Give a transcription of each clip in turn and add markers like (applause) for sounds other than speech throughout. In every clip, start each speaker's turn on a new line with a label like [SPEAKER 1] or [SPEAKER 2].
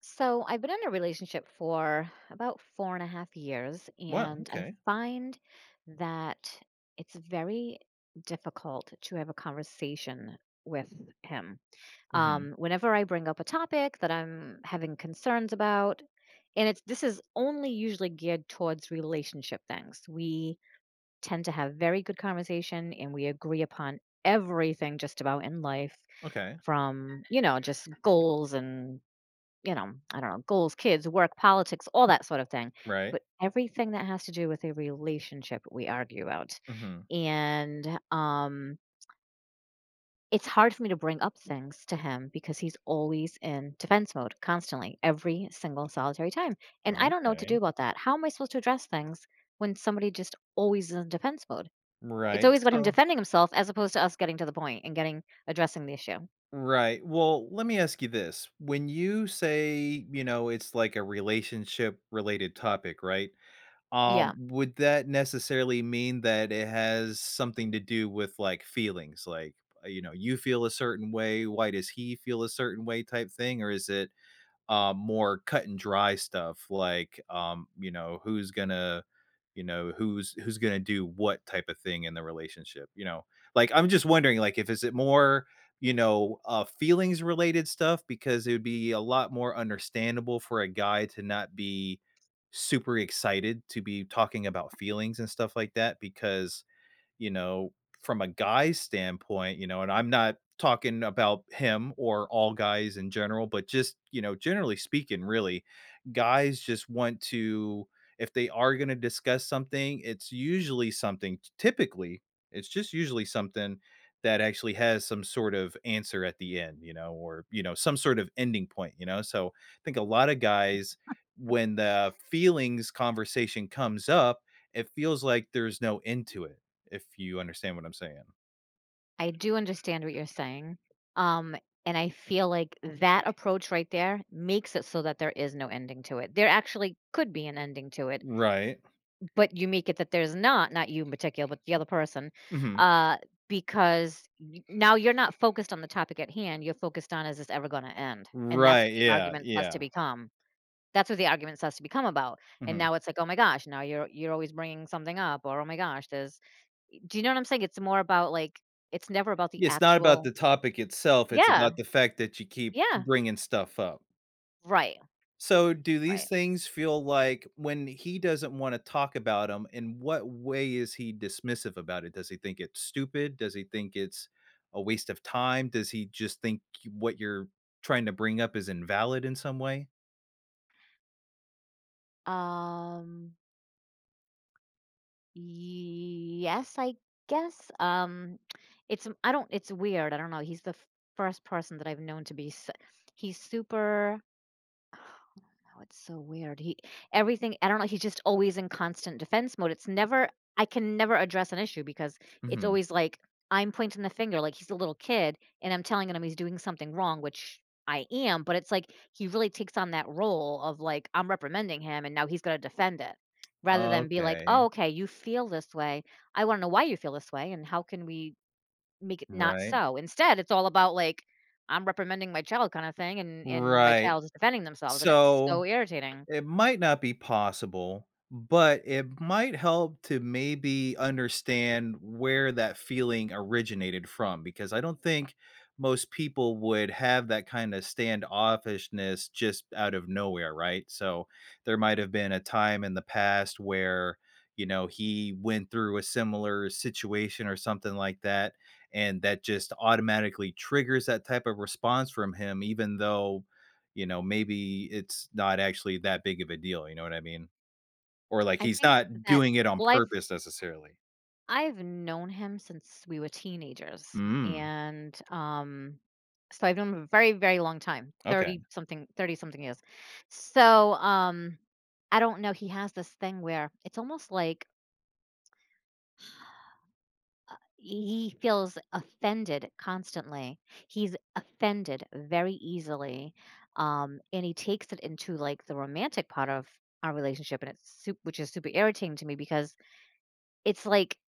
[SPEAKER 1] So I've been in a relationship for about four and a half years,
[SPEAKER 2] Wow,
[SPEAKER 1] and I
[SPEAKER 2] okay.
[SPEAKER 1] find that it's very difficult to have a conversation with him.
[SPEAKER 2] Mhm.
[SPEAKER 1] Whenever I bring up a topic that I'm having concerns about, and it's this is only usually geared towards relationship things. We tend to have very good conversation, and we agree upon everything just about in life,
[SPEAKER 2] Okay.
[SPEAKER 1] from, just goals and I don't know, goals, kids, work, politics, all that sort of thing.
[SPEAKER 2] Right.
[SPEAKER 1] But everything that has to do with a relationship, we argue about.
[SPEAKER 2] Mhm.
[SPEAKER 1] And It's hard for me to bring up things to him because he's always in defense mode constantly, every single solitary time. And I don't know what to do
[SPEAKER 2] Okay.
[SPEAKER 1] about that. How am I supposed to address things when somebody just always is in defense mode? It's
[SPEAKER 2] Right.
[SPEAKER 1] always about him
[SPEAKER 2] So
[SPEAKER 1] defending himself as opposed to us getting to the point and getting addressing the issue.
[SPEAKER 2] right. Well, let me ask you this. When you say, it's like a relationship related topic, right?
[SPEAKER 1] Yeah,
[SPEAKER 2] Would that necessarily mean that it has something to do with like feelings? Like, you know, you feel a certain way, why does he feel a certain way type thing? Or is it more cut and dry stuff like you know who's gonna you know who's gonna do what type of thing in the relationship, you know, like I'm just wondering like if is it more feelings related stuff, because it would be a lot more understandable for a guy to not be super excited to be talking about feelings and stuff like that because you know, from a guy's standpoint, you know, and I'm not talking about him or all guys in general, but just, you know, generally speaking, really, guys just want to, if they are going to discuss something, it's usually something, typically, it's just usually something that actually has some sort of answer at the end, you know, or, you know, some sort of ending point, you know. So I think a lot of guys, when the feelings conversation comes up, it feels like there's no end to it if you understand what I'm saying.
[SPEAKER 1] I do understand what you're saying. Um, and I feel like that approach right there makes it so that there is no ending to it. There actually could be an ending to it,
[SPEAKER 2] Right.
[SPEAKER 1] but you make it that there's not — not you in particular, but the other person.
[SPEAKER 2] Mhm.
[SPEAKER 1] uh, because now you're not focused on the topic at hand. You're focused on, is this ever going to end? And that's
[SPEAKER 2] Right,
[SPEAKER 1] what the
[SPEAKER 2] yeah,
[SPEAKER 1] argument has to
[SPEAKER 2] yeah.
[SPEAKER 1] become. That's what the argument has to become about. And
[SPEAKER 2] Mhm.
[SPEAKER 1] now it's like, oh my gosh, now you're always bringing something up, or oh my gosh, there's. Do you know what I'm saying? It's more about like it's never about the
[SPEAKER 2] It's not about
[SPEAKER 1] actual.
[SPEAKER 2] the topic itself, it's about
[SPEAKER 1] Yeah,
[SPEAKER 2] the fact that you keep
[SPEAKER 1] yeah.
[SPEAKER 2] bringing stuff up.
[SPEAKER 1] Right,
[SPEAKER 2] So, do these
[SPEAKER 1] right.
[SPEAKER 2] things feel like when he doesn't wanna talk about them? In what way is he dismissive about it? Does he think it's stupid? Does he think it's a waste of time? Does he just think what you're trying to bring up is invalid in some way?
[SPEAKER 1] Um, yes, I guess. It's — I don't — it's weird. I don't know. He's the first person that I've known to be s he's super. (sighs) Oh, it's so weird. He everything, I don't know, he's just always in constant defense mode. It's never — I can never address an issue because it's
[SPEAKER 2] Mhm.
[SPEAKER 1] always like I'm pointing the finger like he's a little kid and I'm telling him he's doing something wrong, which I am. But it's like he really takes on that role of like I'm reprimanding him and now he's going to defend it, rather than be like,
[SPEAKER 2] Okay.
[SPEAKER 1] "Oh, okay, you feel this way. I want to know why you feel this way, and how can we make it not
[SPEAKER 2] Right.
[SPEAKER 1] so." Instead, it's all about, like, I'm reprimanding my child kinda thing, and my
[SPEAKER 2] Right.
[SPEAKER 1] child is defending themselves, and it's
[SPEAKER 2] So
[SPEAKER 1] so irritating.
[SPEAKER 2] it might not be possible, but it might help to maybe understand where that feeling originated from, because I don't think most people would have that kind of standoffishness just out of nowhere, right? So there might have been a time in the past where, you know, he went through a similar situation or something like that, and that just automatically triggers that type of response from him, even though, you know, maybe it's not actually that big of a deal, you know what I mean? Or like
[SPEAKER 1] I
[SPEAKER 2] he's
[SPEAKER 1] think
[SPEAKER 2] not
[SPEAKER 1] that,
[SPEAKER 2] doing it on
[SPEAKER 1] well, I've
[SPEAKER 2] purpose necessarily.
[SPEAKER 1] I've known him since we were teenagers,
[SPEAKER 2] Mm,
[SPEAKER 1] and, so I've known him a very, very long time,
[SPEAKER 2] okay,
[SPEAKER 1] 30 something, 30 something years. So, I don't know, he has this thing where it's almost like he feels offended constantly. He's offended very easily, and he takes it into, like, the romantic part of our relationship, and it's sup which is super irritating to me because it's like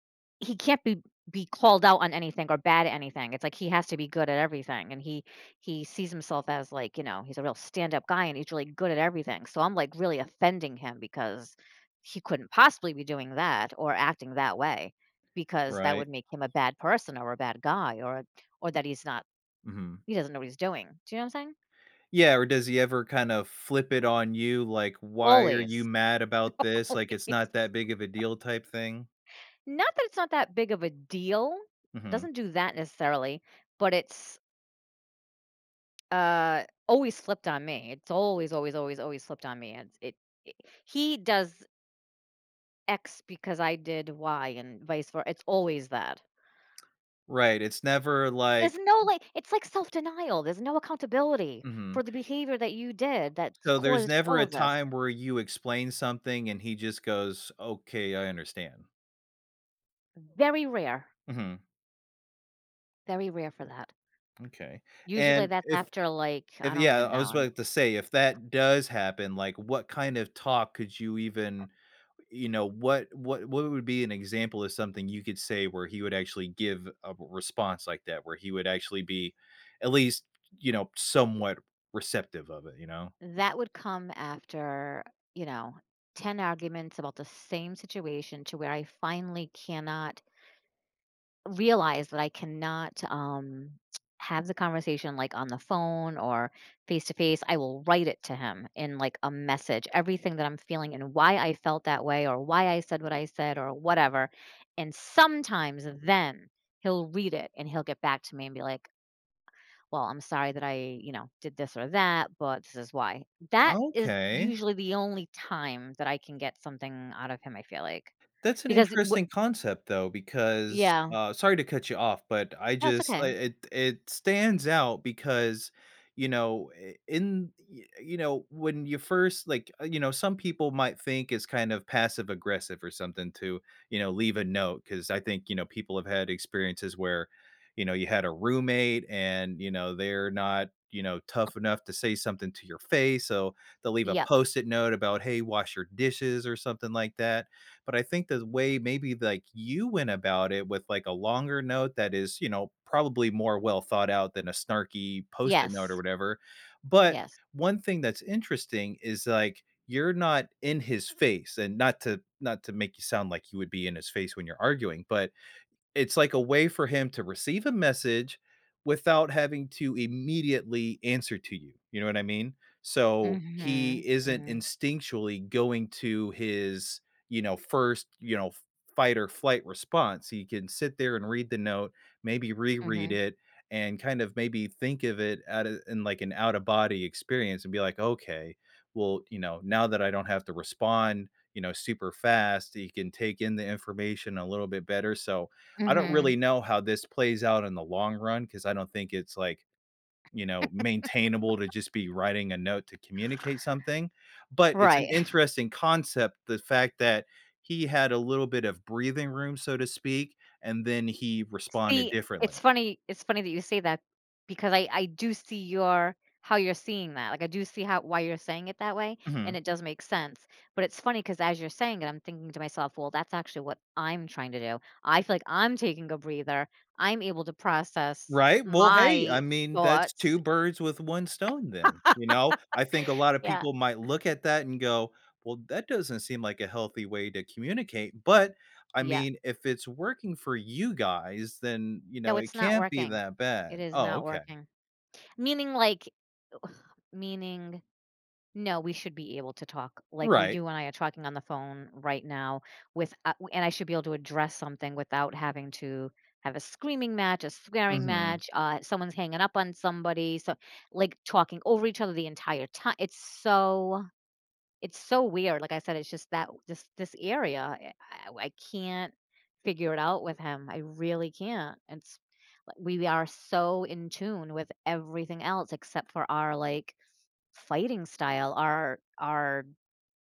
[SPEAKER 1] he can't be called out on anything or bad at anything. It's like he has to be good at everything, and he sees himself as, like, you know, he's a real stand-up guy and he's really good at everything. So I'm like really offending him because he couldn't possibly be doing that or acting that way, because that
[SPEAKER 2] right,
[SPEAKER 1] would make him a bad person or a bad guy, or that he's not —
[SPEAKER 2] mhm.
[SPEAKER 1] he doesn't know what he's doing. Do you know what I'm saying?
[SPEAKER 2] Yeah, or does he ever kind of flip it on you, like, "Why are you
[SPEAKER 1] Always.
[SPEAKER 2] mad about
[SPEAKER 1] (laughs)
[SPEAKER 2] this?" Like, "It's
[SPEAKER 1] Always.
[SPEAKER 2] not that big of a deal" type thing?
[SPEAKER 1] Not that it's not that big of a deal,
[SPEAKER 2] Mhm.
[SPEAKER 1] doesn't do that necessarily, but it's — always slipped on me. It's always, always, always, always slipped on me. It's it, it he does X because I did Y and vice versa. It's always that.
[SPEAKER 2] Right, it's never
[SPEAKER 1] There's
[SPEAKER 2] like
[SPEAKER 1] no like — it's like self-denial. There's no accountability
[SPEAKER 2] mhm.
[SPEAKER 1] for the behavior that you did that's
[SPEAKER 2] So there's
[SPEAKER 1] caused
[SPEAKER 2] never
[SPEAKER 1] all
[SPEAKER 2] a
[SPEAKER 1] of this.
[SPEAKER 2] time where you explain something and he just goes, "Okay, I understand."
[SPEAKER 1] Very rare.
[SPEAKER 2] Mhm,
[SPEAKER 1] Very rare for that.
[SPEAKER 2] okay.
[SPEAKER 1] Usually
[SPEAKER 2] And
[SPEAKER 1] that's after, like, I
[SPEAKER 2] if
[SPEAKER 1] don't
[SPEAKER 2] yeah,
[SPEAKER 1] even
[SPEAKER 2] I
[SPEAKER 1] know.
[SPEAKER 2] was
[SPEAKER 1] I'm
[SPEAKER 2] about to say, if that does happen, like, what kind of talk could you even, you know, what would be an example of something you could say where he would actually give a response like that, where he would actually be at least, you know, somewhat receptive of it, you know?
[SPEAKER 1] That would come after, you know, 10 arguments about the same situation, to where I finally cannot realize that I cannot, have the conversation, like, on the phone or face to face. I will write it to him in, like, a message, everything that I'm feeling and why I felt that way or why I said what I said or whatever, and sometimes then he'll read it and he'll get back to me and be like, "Well, I'm sorry that I, you know, did this or that, but this is why." That is
[SPEAKER 2] Okay.
[SPEAKER 1] usually the only time that I can get something out of him, I feel like,
[SPEAKER 2] That's an
[SPEAKER 1] because wh
[SPEAKER 2] interesting concept though, because
[SPEAKER 1] yeah.
[SPEAKER 2] sorry to cut you off, but I
[SPEAKER 1] No, it's
[SPEAKER 2] just
[SPEAKER 1] okay.
[SPEAKER 2] it stands out because in you know when you first like you know some people might think it's kind of passive aggressive or something to, you know, leave a note, because I think, you know, people have had experiences where, you know, you had a roommate and, you know, they're not, you know, tough enough to say something to your face so they'll leave a
[SPEAKER 1] Yep.
[SPEAKER 2] post-it note about hey wash your dishes or something like that, but I think the way maybe like you went about it with like a longer note that is, you know, probably more well thought out than a snarky post-it note or
[SPEAKER 1] Yes.
[SPEAKER 2] whatever. But
[SPEAKER 1] Yes.
[SPEAKER 2] one thing that's interesting is like you're not in his face, and not to make you sound like you would be in his face when you're arguing, but it's like a way for him to receive a message without having to immediately answer to you. You know what I mean? So
[SPEAKER 1] Mhm,
[SPEAKER 2] he isn't
[SPEAKER 1] mhm,
[SPEAKER 2] instinctually going to his, you know, first, you know, fight or flight response. He can sit there and read the note, maybe reread
[SPEAKER 1] mhm,
[SPEAKER 2] it, and kind of maybe think of it at a, in like an out of body experience and be like, okay, well, you know, now that I don't have to respond, you know, super fast, he can take in the information a little bit better. So I don't
[SPEAKER 1] mhm.
[SPEAKER 2] really know how this plays out in the long run, because I don't think it's like, you know, maintainable to just be writing a note to communicate something. But it's an
[SPEAKER 1] Right. (laughs)
[SPEAKER 2] interesting concept. The fact that he had a little bit of breathing room, so to speak, and then he responded
[SPEAKER 1] See,
[SPEAKER 2] differently.
[SPEAKER 1] it's funny that you say that, because I do see your — how you're seeing that. Like, I do see how — why you're saying it that way, and
[SPEAKER 2] Mhm.
[SPEAKER 1] it does make sense. But it's funny because as you're saying it, I'm thinking to myself, "Well, that's actually what I'm trying to do. I feel like I'm taking a breather. I'm able to process
[SPEAKER 2] Right? Well, hey, I
[SPEAKER 1] my
[SPEAKER 2] mean, that's 2
[SPEAKER 1] thoughts."
[SPEAKER 2] birds with 1 stone then, you know? I think a lot of
[SPEAKER 1] Yeah,
[SPEAKER 2] people might look at that and go, "Well, that doesn't seem like a healthy way to communicate," but, I
[SPEAKER 1] yeah.
[SPEAKER 2] mean, if it's working for you guys, then, you know,
[SPEAKER 1] No,
[SPEAKER 2] it
[SPEAKER 1] it's not
[SPEAKER 2] can't be
[SPEAKER 1] working.
[SPEAKER 2] that
[SPEAKER 1] It
[SPEAKER 2] bad.
[SPEAKER 1] is
[SPEAKER 2] Oh,
[SPEAKER 1] not
[SPEAKER 2] okay.
[SPEAKER 1] working. Meaning, like, meaning no, we should be able to talk. Like
[SPEAKER 2] Right.
[SPEAKER 1] you and I are talking on the phone right now with and I should be able to address something without having to have a screaming match, a swearing
[SPEAKER 2] Mhm.
[SPEAKER 1] match, someone's hanging up on somebody, so like talking over each other the entire time. It's so weird. Like I said, it's just that this area I can't figure it out with him. I really can't. It's like we are so in tune with everything else except for our, like, fighting style, our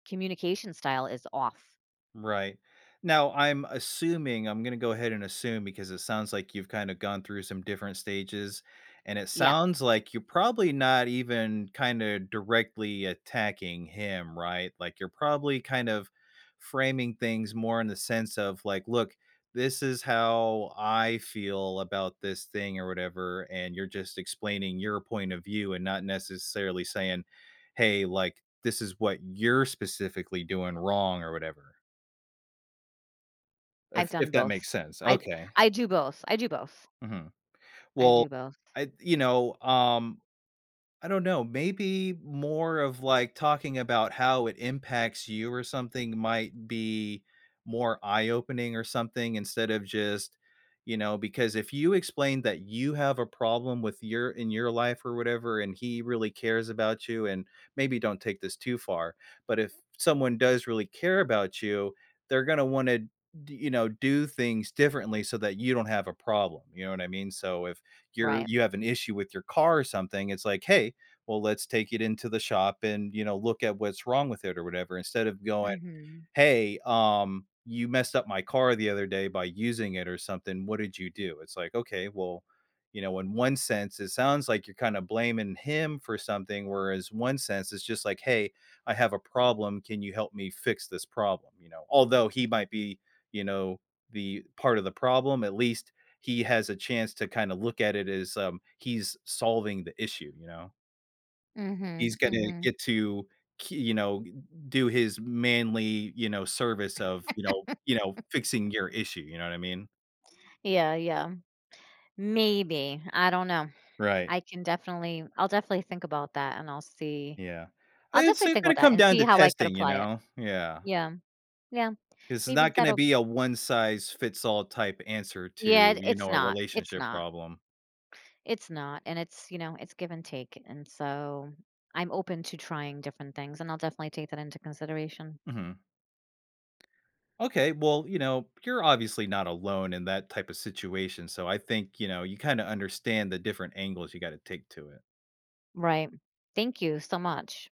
[SPEAKER 1] communication style is off.
[SPEAKER 2] Right. Now, I'm gonna go ahead and assume because it sounds like you've kind of gone through some different stages, and it
[SPEAKER 1] Yeah,
[SPEAKER 2] sounds like you're probably not even kind of directly attacking him, right? Like, you're probably kind of framing things more in the sense of like, "Look, this is how I feel about this thing," or whatever, and you're just explaining your point of view and not necessarily saying, "Hey, like, this is what you're specifically doing wrong," or whatever.
[SPEAKER 1] I've
[SPEAKER 2] If
[SPEAKER 1] done
[SPEAKER 2] if that makes
[SPEAKER 1] both.
[SPEAKER 2] sense,
[SPEAKER 1] I d
[SPEAKER 2] okay,
[SPEAKER 1] I do both. I do both.
[SPEAKER 2] mhm.
[SPEAKER 1] I
[SPEAKER 2] Well,
[SPEAKER 1] do both.
[SPEAKER 2] I you know, I don't know, maybe more of, like, talking about how it impacts you or something might be more eye-opening or something instead of just, you know, because if you explain that you have a problem with your in your life or whatever, and he really cares about you, and maybe don't take this too far, but if someone does really care about you, they're gonna wanna, you know, do things differently so that you don't have a problem, you know what I mean? So if
[SPEAKER 1] Right.
[SPEAKER 2] you have an issue with your car or something, it's like, "Hey, well, let's take it into the shop and, you know, look at what's wrong with it or whatever, instead of going,
[SPEAKER 1] Mhm.
[SPEAKER 2] hey, you messed up my car the other day by using it or something. What did you do? It's like, okay, well, you know, in one sense, it sounds like you're kind of blaming him for something, whereas one sense, it's just like, hey, I have a problem. Can you help me fix this problem? You know, although he might be, you know, the part of the problem, at least he has a chance to kind of look at it as he's solving the issue, you know?
[SPEAKER 1] Mhm,
[SPEAKER 2] He's gonna
[SPEAKER 1] mhm.
[SPEAKER 2] get to k you know, do his manly, you know, service of, you know, fixing your issue, you know what I mean?
[SPEAKER 1] Yeah, yeah. Maybe. I don't know.
[SPEAKER 2] Right,
[SPEAKER 1] I'll definitely think about that, and I'll see —
[SPEAKER 2] yeah.
[SPEAKER 1] I'll
[SPEAKER 2] I it's
[SPEAKER 1] definitely think about
[SPEAKER 2] gonna
[SPEAKER 1] that
[SPEAKER 2] come
[SPEAKER 1] and
[SPEAKER 2] down
[SPEAKER 1] see
[SPEAKER 2] to
[SPEAKER 1] how I could
[SPEAKER 2] testing, you
[SPEAKER 1] apply it.
[SPEAKER 2] know? Yeah.
[SPEAKER 1] Yeah, yeah.
[SPEAKER 2] It's
[SPEAKER 1] Maybe
[SPEAKER 2] not gonna
[SPEAKER 1] that'll
[SPEAKER 2] be a one size fits all type answer
[SPEAKER 1] Yeah,
[SPEAKER 2] to, you
[SPEAKER 1] it's
[SPEAKER 2] know, a
[SPEAKER 1] not. It's
[SPEAKER 2] relationship
[SPEAKER 1] not.
[SPEAKER 2] problem.
[SPEAKER 1] It's not, and it's, you know, it's give and take, and so I'm open to trying different things, and I'll definitely take that into consideration.
[SPEAKER 2] Mhm. Okay, well, you know, you're obviously not alone in that type of situation, so I think, you know, you kinda understand the different angles you gotta take to it.
[SPEAKER 1] Right. Thank you so much.